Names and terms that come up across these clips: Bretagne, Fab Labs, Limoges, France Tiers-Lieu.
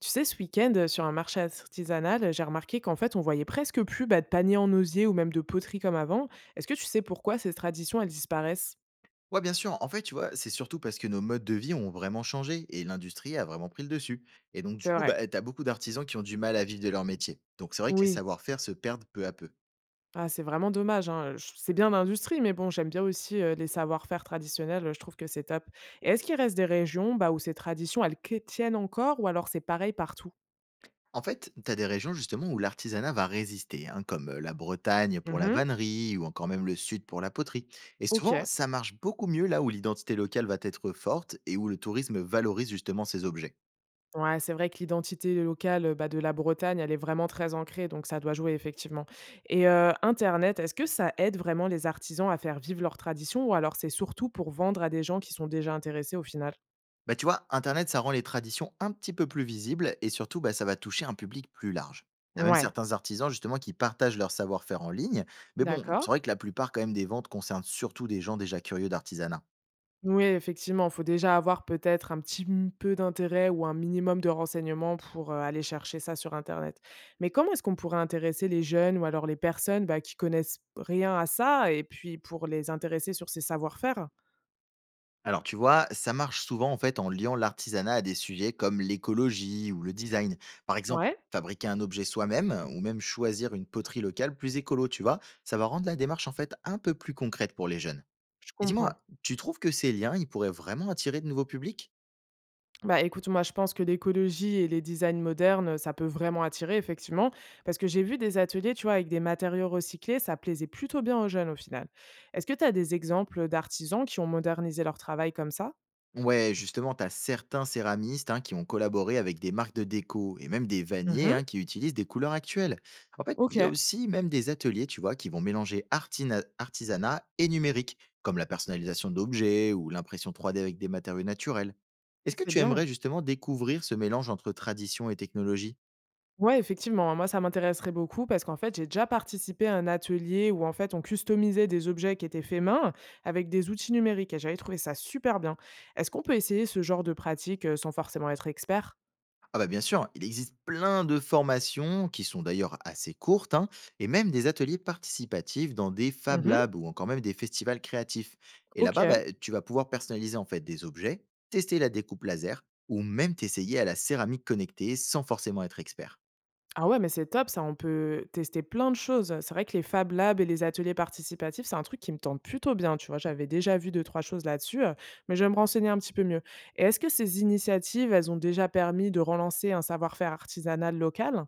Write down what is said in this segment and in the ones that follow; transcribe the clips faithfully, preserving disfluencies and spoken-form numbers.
Tu sais, ce week-end, euh, sur un marché artisanal, euh, j'ai remarqué qu'en fait, on voyait presque plus bah, de paniers en osier ou même de poterie comme avant. Est-ce que tu sais pourquoi ces traditions, elles disparaissent? Ouais, bien sûr. En fait, tu vois, c'est surtout parce que nos modes de vie ont vraiment changé et l'industrie a vraiment pris le dessus. Et donc, du C'est coup, vrai. bah, tu as beaucoup d'artisans qui ont du mal à vivre de leur métier. Donc, c'est vrai que les Oui. savoir-faire se perdent peu à peu. Ah, c'est vraiment dommage, hein. Je- C'est bien l'industrie, mais bon, j'aime bien aussi euh, les savoir-faire traditionnels. euh, Je trouve que c'est top. Et est-ce qu'il reste des régions bah, où ces traditions, elles que- tiennent encore ou alors c'est pareil partout? En fait, tu as des régions justement où l'artisanat va résister, hein, comme euh, la Bretagne pour la Mhm. vannerie ou encore même le Sud pour la poterie. Et Ok. souvent, ça marche beaucoup mieux là où l'identité locale va être forte et où le tourisme valorise justement ces objets. Ouais, c'est vrai que l'identité locale, bah, de la Bretagne, elle est vraiment très ancrée, donc ça doit jouer effectivement. Et heu, internet, est-ce que ça aide vraiment les artisans à faire vivre leurs traditions ou alors c'est surtout pour vendre à des gens qui sont déjà intéressés au final? Bah, tu vois, internet, ça rend les traditions un petit peu plus visibles et surtout, bah, ça va toucher un public plus large. Il y a même Ouais, certains artisans, justement, qui partagent leur savoir-faire en ligne. Mais bon, c'est d'accord. vrai que la plupart, quand même, des ventes concernent surtout des gens déjà curieux d'artisanat. Oui, effectivement, il faut déjà avoir peut-être un petit m peu d'intérêt ou un minimum de renseignements pour, heu, aller chercher ça sur internet. Mais comment est-ce qu'on pourrait intéresser les jeunes ou alors les personnes, bah, qui connaissent rien à ça et puis pour les intéresser sur ces savoir-faire? Alors, tu vois, ça marche souvent, en fait, en liant l'artisanat à des sujets comme l'écologie ou le design. Par exemple, Ouais, fabriquer un objet soi-même ou même choisir une poterie locale plus écolo, tu vois, ça va rendre la démarche, en fait, un peu plus concrète pour les jeunes. je Et comprends. dis-moi, tu trouves que ces liens, ils pourraient vraiment attirer de nouveaux publics? Bah, écoute, moi, je pense que l'écologie et les designs modernes, ça peut vraiment attirer, effectivement, parce que j'ai vu des ateliers, tu vois, avec des matériaux recyclés, ça plaisait plutôt bien aux jeunes au final. Est-ce que tu as des exemples d'artisans qui ont modernisé leur travail comme ça? Ouais, justement, tu as certains céramistes, hein, qui ont collaboré avec des marques de déco et même des vanniers, Mhm. hein, qui utilisent des couleurs actuelles. En fait, Ok, il y a aussi même des ateliers, tu vois, qui vont mélanger artina- artisanat et numérique, comme la personnalisation d'objets ou l'impression trois D avec des matériaux naturels. Est-ce que c'est tu aimerais bien. justement découvrir ce mélange entre tradition et technologie? Ouais, effectivement, hein, moi, ça m'intéresserait beaucoup parce qu'en fait, j'ai déjà participé à un atelier où, en fait, on customisait des objets qui étaient faits main avec des outils numériques et j'avais trouvé ça super bien. Est-ce qu'on peut essayer ce genre de pratique euh, sans forcément être expert? Ah bah bien sûr, il existe plein de formations qui sont d'ailleurs assez courtes, hein, et même des ateliers participatifs dans des Fab Mhm. Labs ou encore même des festivals créatifs. Et Ok. là-bas, bah, tu vas pouvoir personnaliser en fait des objets, tester la découpe laser ou même t'essayer à la céramique connectée sans forcément être expert. Ah ouais, mais c'est top ça, on peut tester plein de choses. C'est vrai que les Fab Labs et les ateliers participatifs, c'est un truc qui me tente plutôt bien, tu vois. J'avais déjà vu deux, trois choses là-dessus, euh, mais je vais me renseigner un petit peu mieux. Et est-ce que ces initiatives, elles ont déjà permis de relancer un savoir-faire artisanal local?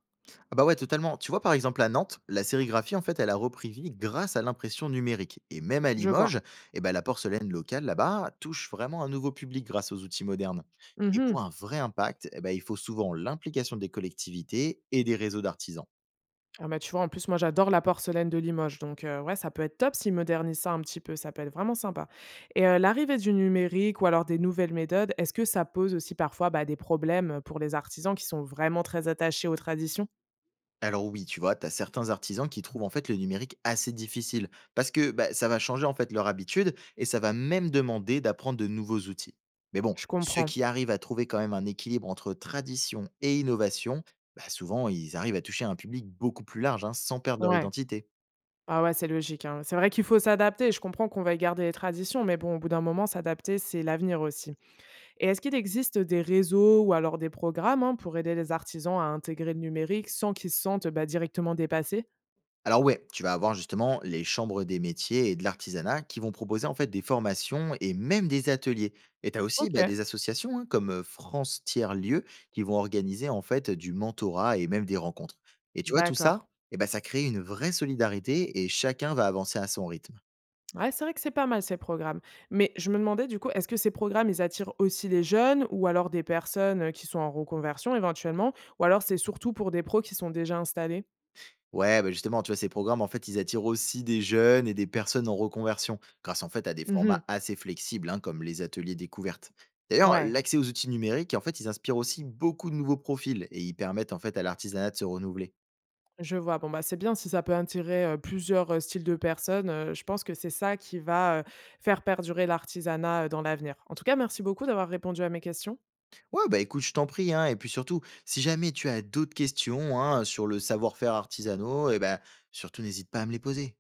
Ah bah ouais, totalement. Tu vois, par exemple, à Nantes, la sérigraphie, en fait, elle a repris vie grâce à l'impression numérique. Et même à Je Limoges, vois. eh ben, la porcelaine locale, là-bas, touche vraiment un nouveau public grâce aux outils modernes. Et pour Mhm. un vrai impact, eh ben, il faut souvent l'implication des collectivités et des réseaux d'artisans. Ah bah tu vois, en plus, moi j'adore la porcelaine de Limoges, donc euh, ouais, ça peut être top s'ils modernisent ça un petit peu, ça peut être vraiment sympa. Et euh, l'arrivée du numérique ou alors des nouvelles méthodes, est-ce que ça pose aussi parfois bah, des problèmes pour les artisans qui sont vraiment très attachés aux traditions? Alors oui, tu vois, tu as certains artisans qui trouvent en fait le numérique assez difficile parce que bah, ça va changer en fait leur habitude et ça va même demander d'apprendre de nouveaux outils. Mais bon, Je ceux comprends. qui arrivent à trouver quand même un équilibre entre tradition et innovation, bah, souvent ils arrivent à toucher un public beaucoup plus large, hein, sans perdre leur Ouais. identité. Ah ouais, c'est logique, hein. C'est vrai qu'il faut s'adapter. Je comprends qu'on va garder les traditions, mais bon, au bout d'un moment, s'adapter, c'est l'avenir aussi. Et est-ce qu'il existe des réseaux ou alors des programmes, hein, pour aider les artisans à intégrer le numérique sans qu'ils se sentent bah, directement dépassés? Alors ouais, tu vas avoir justement les chambres des métiers et de l'artisanat qui vont proposer en fait des formations et même des ateliers. Et tu as aussi, Ok, bah, des associations, hein, comme euh, France Tiers-Lieu qui vont organiser en fait du mentorat et même des rencontres. Et tu vois, tout ça, d'accord. eh ben, ça crée une vraie solidarité et chacun va avancer à son rythme. Ouais, c'est vrai que c'est pas mal ces programmes. Mais je me demandais du coup, est-ce que ces programmes, ils attirent aussi les jeunes ou alors des personnes euh, qui sont en reconversion éventuellement, ou alors c'est surtout pour des pros qui sont déjà installés? Ouais, bah, justement, tu vois, ces programmes, en fait, ils attirent aussi des jeunes et des personnes en reconversion, grâce en fait à des Mhm. formats assez flexibles, hein, comme les ateliers découvertes. D'ailleurs, Ouais. l'accès aux outils numériques, en fait, ils inspirent aussi beaucoup de nouveaux profils et ils permettent en fait à l'artisanat de se renouveler. Je vois. Bon, bah, c'est bien si ça peut attirer, heu, plusieurs, heu, styles de personnes. Heu, je pense que c'est ça qui va, heu, faire perdurer l'artisanat, heu, dans l'avenir. En tout cas, merci beaucoup d'avoir répondu à mes questions. Ouais, bah écoute, je t'en prie, hein, et puis surtout, si jamais tu as d'autres questions, hein, sur le savoir-faire artisanaux, et ben surtout n'hésite pas à me les poser.